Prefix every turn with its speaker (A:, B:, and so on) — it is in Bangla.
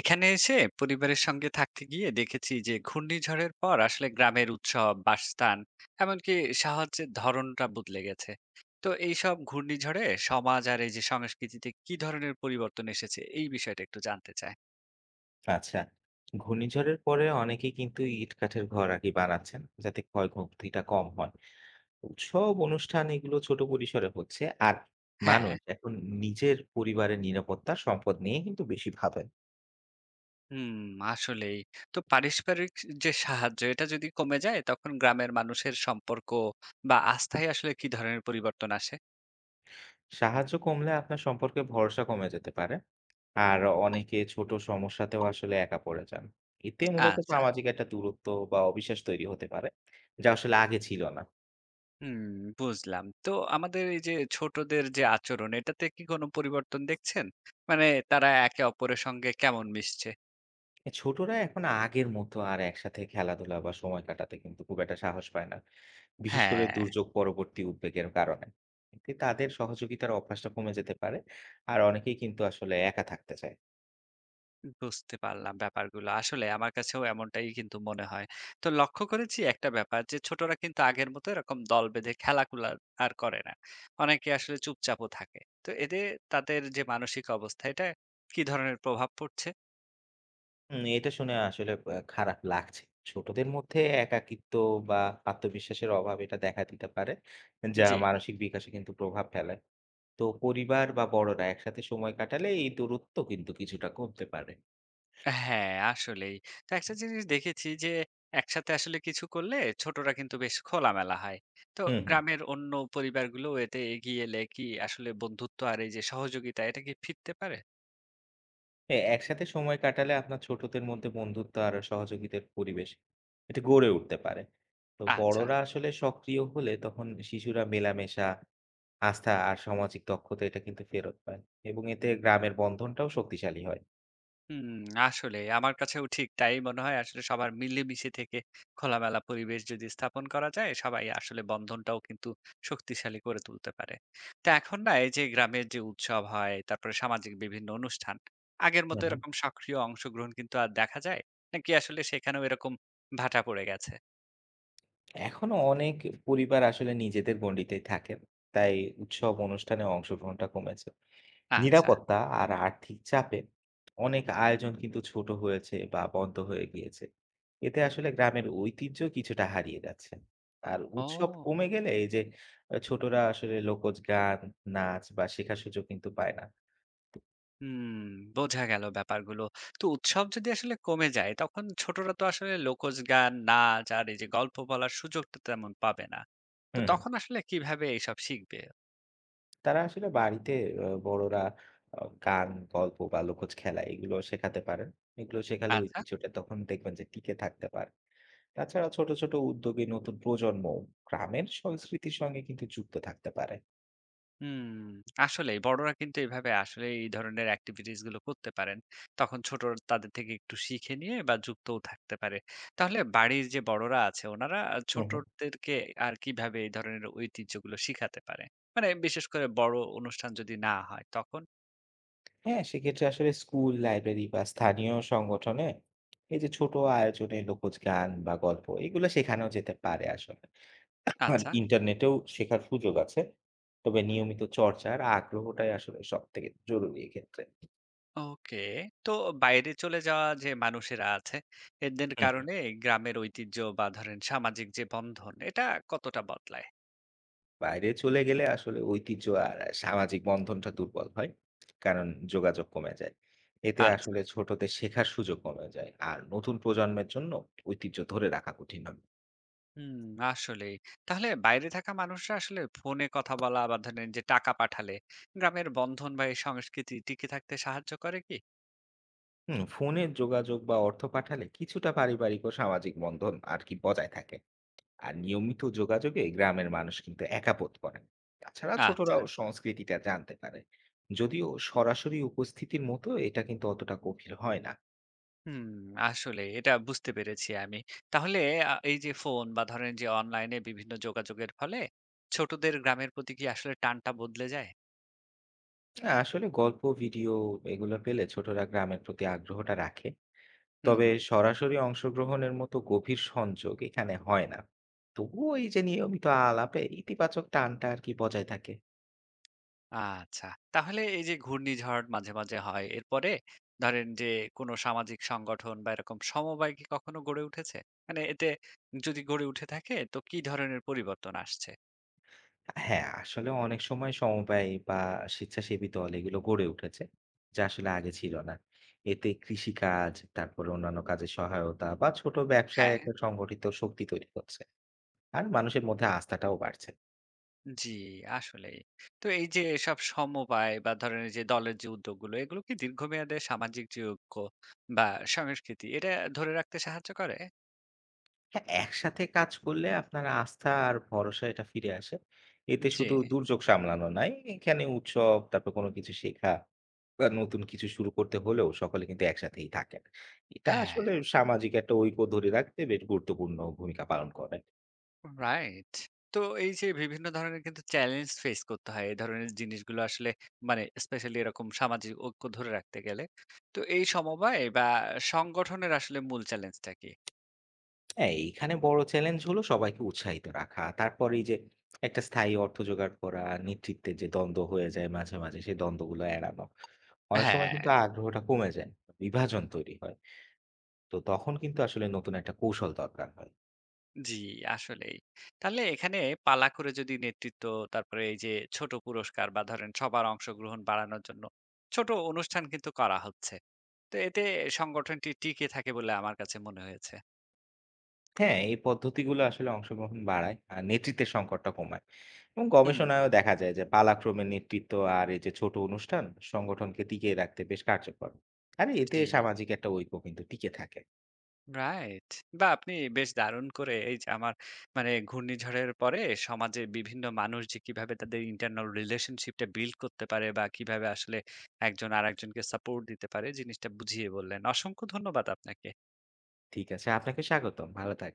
A: এখানে এসে পরিবারের সঙ্গে থাকতে গিয়ে দেখেছি যে ঘূর্ণিঝড়ের পর আসলে গ্রামের উৎসব, বাসস্থান, এমনকি সাহায্যের ধরনটা বদলে গেছে। তো এইসব ঘূর্ণিঝড়ে সমাজ আর এই যে সংস্কৃতিতে কি ধরনের পরিবর্তন এসেছে এই বিষয়টা একটু জানতে চাই।
B: আচ্ছা। ঘূর্ণিঝড়ের পরে অনেকেই কিন্তু ইট-কাঠের ঘর আর কি বানাচ্ছেন, যাতে ক্ষয়ক্ষতিটা কম হয়। উৎসব, অনুষ্ঠান এগুলো ছোট পরিসরে হচ্ছে। আর
A: হ্যাঁ।
B: মানুষ এখন নিজের পরিবারের নিরাপত্তা, সম্পদ নিয়ে কিন্তু বেশি ভাবেন।
A: হুম। আসলেই। তো পারস্পরিক যে সাহায্য এটা যদি কমে যায় তখন গ্রামের মানুষের সম্পর্ক বা আস্থায় আসলে কি ধরনের পরিবর্তন আসে?
B: সাহায্য কমলে আপনার সম্পর্কে ভরসা কমে যেতে পারে। আর অনেকে ছোট সমস্যাতেও আসলে একা পড়ে যান। এতে মূলত
A: আচ্ছা।
B: সামাজিক একটা দূরত্ব বা অবিশ্বাস তৈরি হতে পারে, যা আসলে আগে ছিল না।
A: হুম, বুঝলাম। তো আমাদের এই যে ছোটদের যে আচরণ এটাতে কি কোনো পরিবর্তন দেখছেন? মানে তারা একে অপরের সঙ্গে কেমন মিশছে?
B: এ ছোটরা এখন আগের মতো আর একসাথে খেলাধুলা বা সময় কাটাতে কিন্তু খুব একটা সাহস পায় না। বিশেষ করে
A: হ্যাঁ,
B: দুর্যোগ পরবর্তী উদ্বেগের কারণে। এতে তাদের সহযোগিতার অভ্যাসটা কমে যেতে পারে। আর অনেকেই কিন্তু আসলে একা থাকতে চায়।
A: বুঝতে পারলাম ব্যাপারগুলো। আসলে আমার কাছেও এমনটাই কিন্তু মনে হয়। তো লক্ষ্য করেছি একটা ব্যাপার যে ছোটরা কিন্তু আগের মতো এরকম দল বেঁধে খেলাকুলা আর করে না। অনেকে আসলে চুপচাপও থাকে। তো এতে তাদের যে মানসিক অবস্থা এটা কি ধরনের প্রভাব পড়ছে?
B: এটা শুনে আসলে খারাপ লাগছে। ছোটদের মধ্যে একাকিত্ব বা আত্মবিশ্বাসের অভাব এটা দেখা দিতে পারে। যা
A: জি।
B: মানসিক বিকাশে কিন্তু প্রভাব ফেলে। তো পরিবার বা বড়রা একসাথে সময় কাটালে এই দূরত্ব কিন্তু কিছুটা কমতে পারে।
A: হ্যাঁ, আসলেই। তো একটা জিনিস দেখেছি যে, একসাথে আসলে কিছু করলে ছোটরা কিন্তু বেশ খোলামেলা হয়। তো
B: হুম, হুম।
A: গ্রামের অন্য পরিবারগুলো এতে এগিয়ে এলে কি আসলে বন্ধুত্ব আর এই যে সহযোগিতা এটা কি ফিরতে পারে?
B: হ্যাঁ, একসাথে সময় কাটালে আপনার ছোটদের মধ্যে বন্ধুত্ব আর সহযোগিতার পরিবেশ এটা গড়ে উঠতে পারে। তো
A: আচ্ছা।
B: বড়রা আসলে সক্রিয় হলে তখন শিশুরা মেলামেশা, আস্থা আর সামাজিক দক্ষতা এটা কিন্তু ফেরত পায় এবং এতে গ্রামের বন্ধনটাও শক্তিশালী হয়।
A: হুম, আসলে আমার কাছেও ঠিক তাই মনে হয়। আসলে সবার মিলেমিশে থেকে খোলামেলা পরিবেশ যদি স্থাপন করা যায়, সবাই আসলে বন্ধনটাও কিন্তু শক্তিশালী করে তুলতে পারে। তো এখন না এই যে গ্রামের যে উৎসব হয়, তারপরে সামাজিক বিভিন্ন অনুষ্ঠান, আগের
B: হুম,
A: মতো
B: হুম।
A: এরকম সক্রিয় অংশগ্রহণ কিন্তু আর দেখা যায়? নাকি আসলে সেখানেও এরকম ভাটা পড়ে গেছে?
B: এখনো অনেক পরিবার আসলে নিজেদের গণ্ডিতেই থাকেন। তাই উৎসব অনুষ্ঠানে অংশগ্রহণটা কমেছে।
A: আচ্ছা,
B: নিরাপত্তা আর আর্থিক চাপে অনেক আয়োজন কিন্তু ছোট হয়েছে বা বন্ধ হয়ে গিয়েছে। এতে আসলে গ্রামের ঐতিহ্য কিছুটা হারিয়ে যাচ্ছে। আর উৎসব
A: ও!
B: কমে গেলে এই যে ছোটরা আসলে লোকজ গান, নাচ বা শেখার সুযোগ কিন্তু পায় না।
A: হুম, বোঝা গেল ব্যাপারগুলো। তো উৎসব যদি আসলে কমে যায় তখন ছোটরা তো আসলে লোকজ গান, নাচ আর এই যে গল্প বলার সুযোগটা তেমন পাবে না। তো
B: হুম, হুম।
A: তখন আসলে কিভাবে এইসব শিখবে?
B: তারা আসলে বাড়িতে বড়রা গান, গল্প বা লোকজ খেলা এগুলো শেখাতে পারেন। এগুলো শেখালে
A: আচ্ছা।
B: ঐতিহ্যটা তখন দেখবেন যে টিকে থাকতে পারে। তাছাড়া ছোট ছোট উদ্যোগে নতুন প্রজন্ম গ্রামের সংস্কৃতির সঙ্গে কিন্তু যুক্ত থাকতে পারে।
A: হুম, আসলেই বড়রা কিন্তু এভাবে আসলে এই ধরনের এক্টিভিটিস গুলো করতে পারেন। তখন ছোটরা তাদের থেকে একটু শিখে নিয়ে বা যুক্তও থাকতে পারে। তাহলে বাড়ির যে বড়রা আছে ওনারা
B: হুম, হুম।
A: ছোটদেরকে আর কিভাবে এই ধরনের ঐতিহ্যগুলো শিখাতে পারে? মানে বিশেষ করে বড় অনুষ্ঠান যদি না হয় তখন?
B: হ্যাঁ, সেক্ষেত্রে আসলে স্কুল, লাইব্রেরি বা স্থানীয় সংগঠনে এই যে ছোট আয়োজনে লোকজ গান বা গল্প এগুলো শেখানো যেতে পারে আসলে। আর
A: আচ্ছা।
B: ইন্টারনেটেও শেখার সুযোগ আছে। তবে নিয়মিত চর্চার আগ্রহটাই আসলে সবথেকে জরুরি এক্ষেত্রে।
A: ওকে। তো বাইরে চলে যাওয়া যে মানুষেরা আছে এদের
B: হুম, হুম।
A: কারণে গ্রামের ঐতিহ্য বা ধরেন সামাজিক যে বন্ধন এটা কতটা বদলায়?
B: বাইরে চলে গেলে আসলে ঐতিহ্য আর সামাজিক বন্ধনটা দুর্বল হয়। কারণ যোগাযোগ কমে যায়। এতে
A: আচ্ছা।
B: আসলে ছোটদের শেখার সুযোগ কমে যায়। আর নতুন প্রজন্মের জন্য ঐতিহ্য ধরে রাখা কঠিন হবে।
A: হুম, আসলে তাহলে বাইরে থাকা মানুষরা আসলে ফোনে কথা বলা বা ধরেন যে টাকা পাঠালে গ্রামের বন্ধন বা এই সংস্কৃতি টিকে থাকতে সাহায্য করে কি?
B: হুম, ফোনের যোগাযোগ বা অর্থ পাঠালে কিছুটা পারিবারিক ও সামাজিক বন্ধন আর কি বজায় থাকে। আর নিয়মিত যোগাযোগে গ্রামের মানুষ কিন্তু একা বোধ করেন। তাছাড়া
A: আচ্ছা।
B: ছোটরাও সংস্কৃতিটা জানতে পারে, যদিও সরাসরি উপস্থিতির মতো এটা কিন্তু অতটা গভীর হয় না।
A: হুম, আসলে এটা বুঝতে পেরেছি আমি। তাহলে এই যে ফোন বা ধরেন যে অনলাইনে বিভিন্ন যোগাযোগের ফলে ছোটদের গ্রামের প্রতি কি আসলে টানটা বদলে যায়?
B: হ্যাঁ, আসলে গল্প, ভিডিও এগুলো পেলে ছোটরা গ্রামের প্রতি আগ্রহটা রাখে।
A: হুম।
B: তবে সরাসরি অংশগ্রহণের মতো গভীর সংযোগ এখানে হয় না। তবুও এই যে নিয়মিত আলাপে ইতিবাচক টানটা আর কি বজায় থাকে।
A: আচ্ছা। তাহলে এই যে ঘূর্ণিঝড় মাঝে, মাঝে হয়। এরপরে ধরেন যে কোনো সামাজিক সংগঠন বা এরকম সমবায় কি কখনো গড়ে উঠেছে? মানে এতে যদি গড়ে উঠে থাকে তো কি ধরনের পরিবর্তন আসছে?
B: হ্যাঁ, আসলে অনেক সময় সমবায় বা স্বেচ্ছাসেবী দল এগুলো গড়ে উঠেছে, যা আসলে আগে ছিল না। এতে কৃষিকাজ, তারপরে অন্যান্য কাজে সহায়তা বা ছোট ব্যবসায়
A: হ্যাঁ।
B: একটা সংগঠিত শক্তি তৈরি হচ্ছে। আর মানুষের মধ্যে আস্থাটাও বাড়ছে।
A: জি, আসলেই। তো এই যে এসব সমবায় বা ধরেন এই যে দলের যে উদ্যোগগুলো এগুলো কি দীর্ঘমেয়াদে সামাজিক যে ঐক্য বা সংস্কৃতি এটা ধরে রাখতে সাহায্য করে?
B: হ্যাঁ, একসাথে কাজ করলে আপনার আস্থা আর ভরসা এটা ফিরে আসে। এতে
A: জি,
B: শুধু দুর্যোগ সামলানো নয়, এখানে উৎসব, তারপর কোনো কিছু শেখা বা নতুন কিছু শুরু করতে হলেও সকলে কিন্তু একসাথেই থাকেন। এটা
A: হ্যাঁ।
B: আসলে সামাজিক একটা ঐক্য ধরে রাখতে বেশ গুরুত্বপূর্ণ ভূমিকা পালন করে।
A: রাইট। তো এই যে বিভিন্ন ধরনের কিন্তু চ্যালেঞ্জ ফেস করতে হয়। এই ধরনের জিনিসগুলো আসলে মানে স্পেশালি এরকম সামাজিক ঐক্য ধরে রাখতে গেলে। তো এই সমবায় বা সংগঠনের আসলে মূল চ্যালেঞ্জটা কি?
B: হ্যাঁ, এইখানে বড় চ্যালেঞ্জ হলো সবাইকে উৎসাহিত রাখা। তারপরে এই যে একটা স্থায়ী অর্থ জোগাড় করা, নেতৃত্বের যে দ্বন্দ্ব হয়ে যায় মাঝে, মাঝে সেই দ্বন্দ্বগুলো এড়ানো। অনেক সময়
A: হ্যাঁ,
B: কিন্তু আগ্রহটা কমে যায়, বিভাজন তৈরি হয়। তো তখন কিন্তু আসলে নতুন একটা কৌশল দরকার হয়।
A: জি আসলেই। তাহলে এখানে পালা করে যদি নেতৃত্ব, তারপরে এই যে ছোট পুরস্কার বা ধরেন সবার অংশগ্রহণ বাড়ানোর জন্য ছোট অনুষ্ঠান কিন্তু করা হচ্ছে। তো এতে সংগঠনটি টিকে থাকে বলে আমার কাছে মনে হয়েছে।
B: হ্যাঁ, এই পদ্ধতিগুলো আসলে অংশগ্রহণ বাড়ায় আর নেতৃত্বের সংকটটা কমায়। এবং
A: হুম,
B: গবেষণায়ও দেখা যায় যে পালাক্রমে নেতৃত্ব আর এই যে ছোট অনুষ্ঠান সংগঠনকে টিকিয়ে রাখতে বেশ কার্যকর। আর এতে
A: জি।
B: সামাজিক একটা ঐক্য কিন্তু টিকে থাকে।
A: রাইট। বাহ! আপনি বেশ দারুণ করে এই যে আমার মানে ঘূর্ণিঝড়ের পরে সমাজে বিভিন্ন মানুষ যে কিভাবে তাদের ইন্টারনাল রিলেশনশিপটা বিল্ড করতে পারে বা কিভাবে আসলে একজন আরেকজনকে সাপোর্ট দিতে পারে জিনিসটা বুঝিয়ে বললেন। অসংখ্য ধন্যবাদ আপনাকে।
B: ঠিক আছে, আপনাকে স্বাগতম। ভালো থাক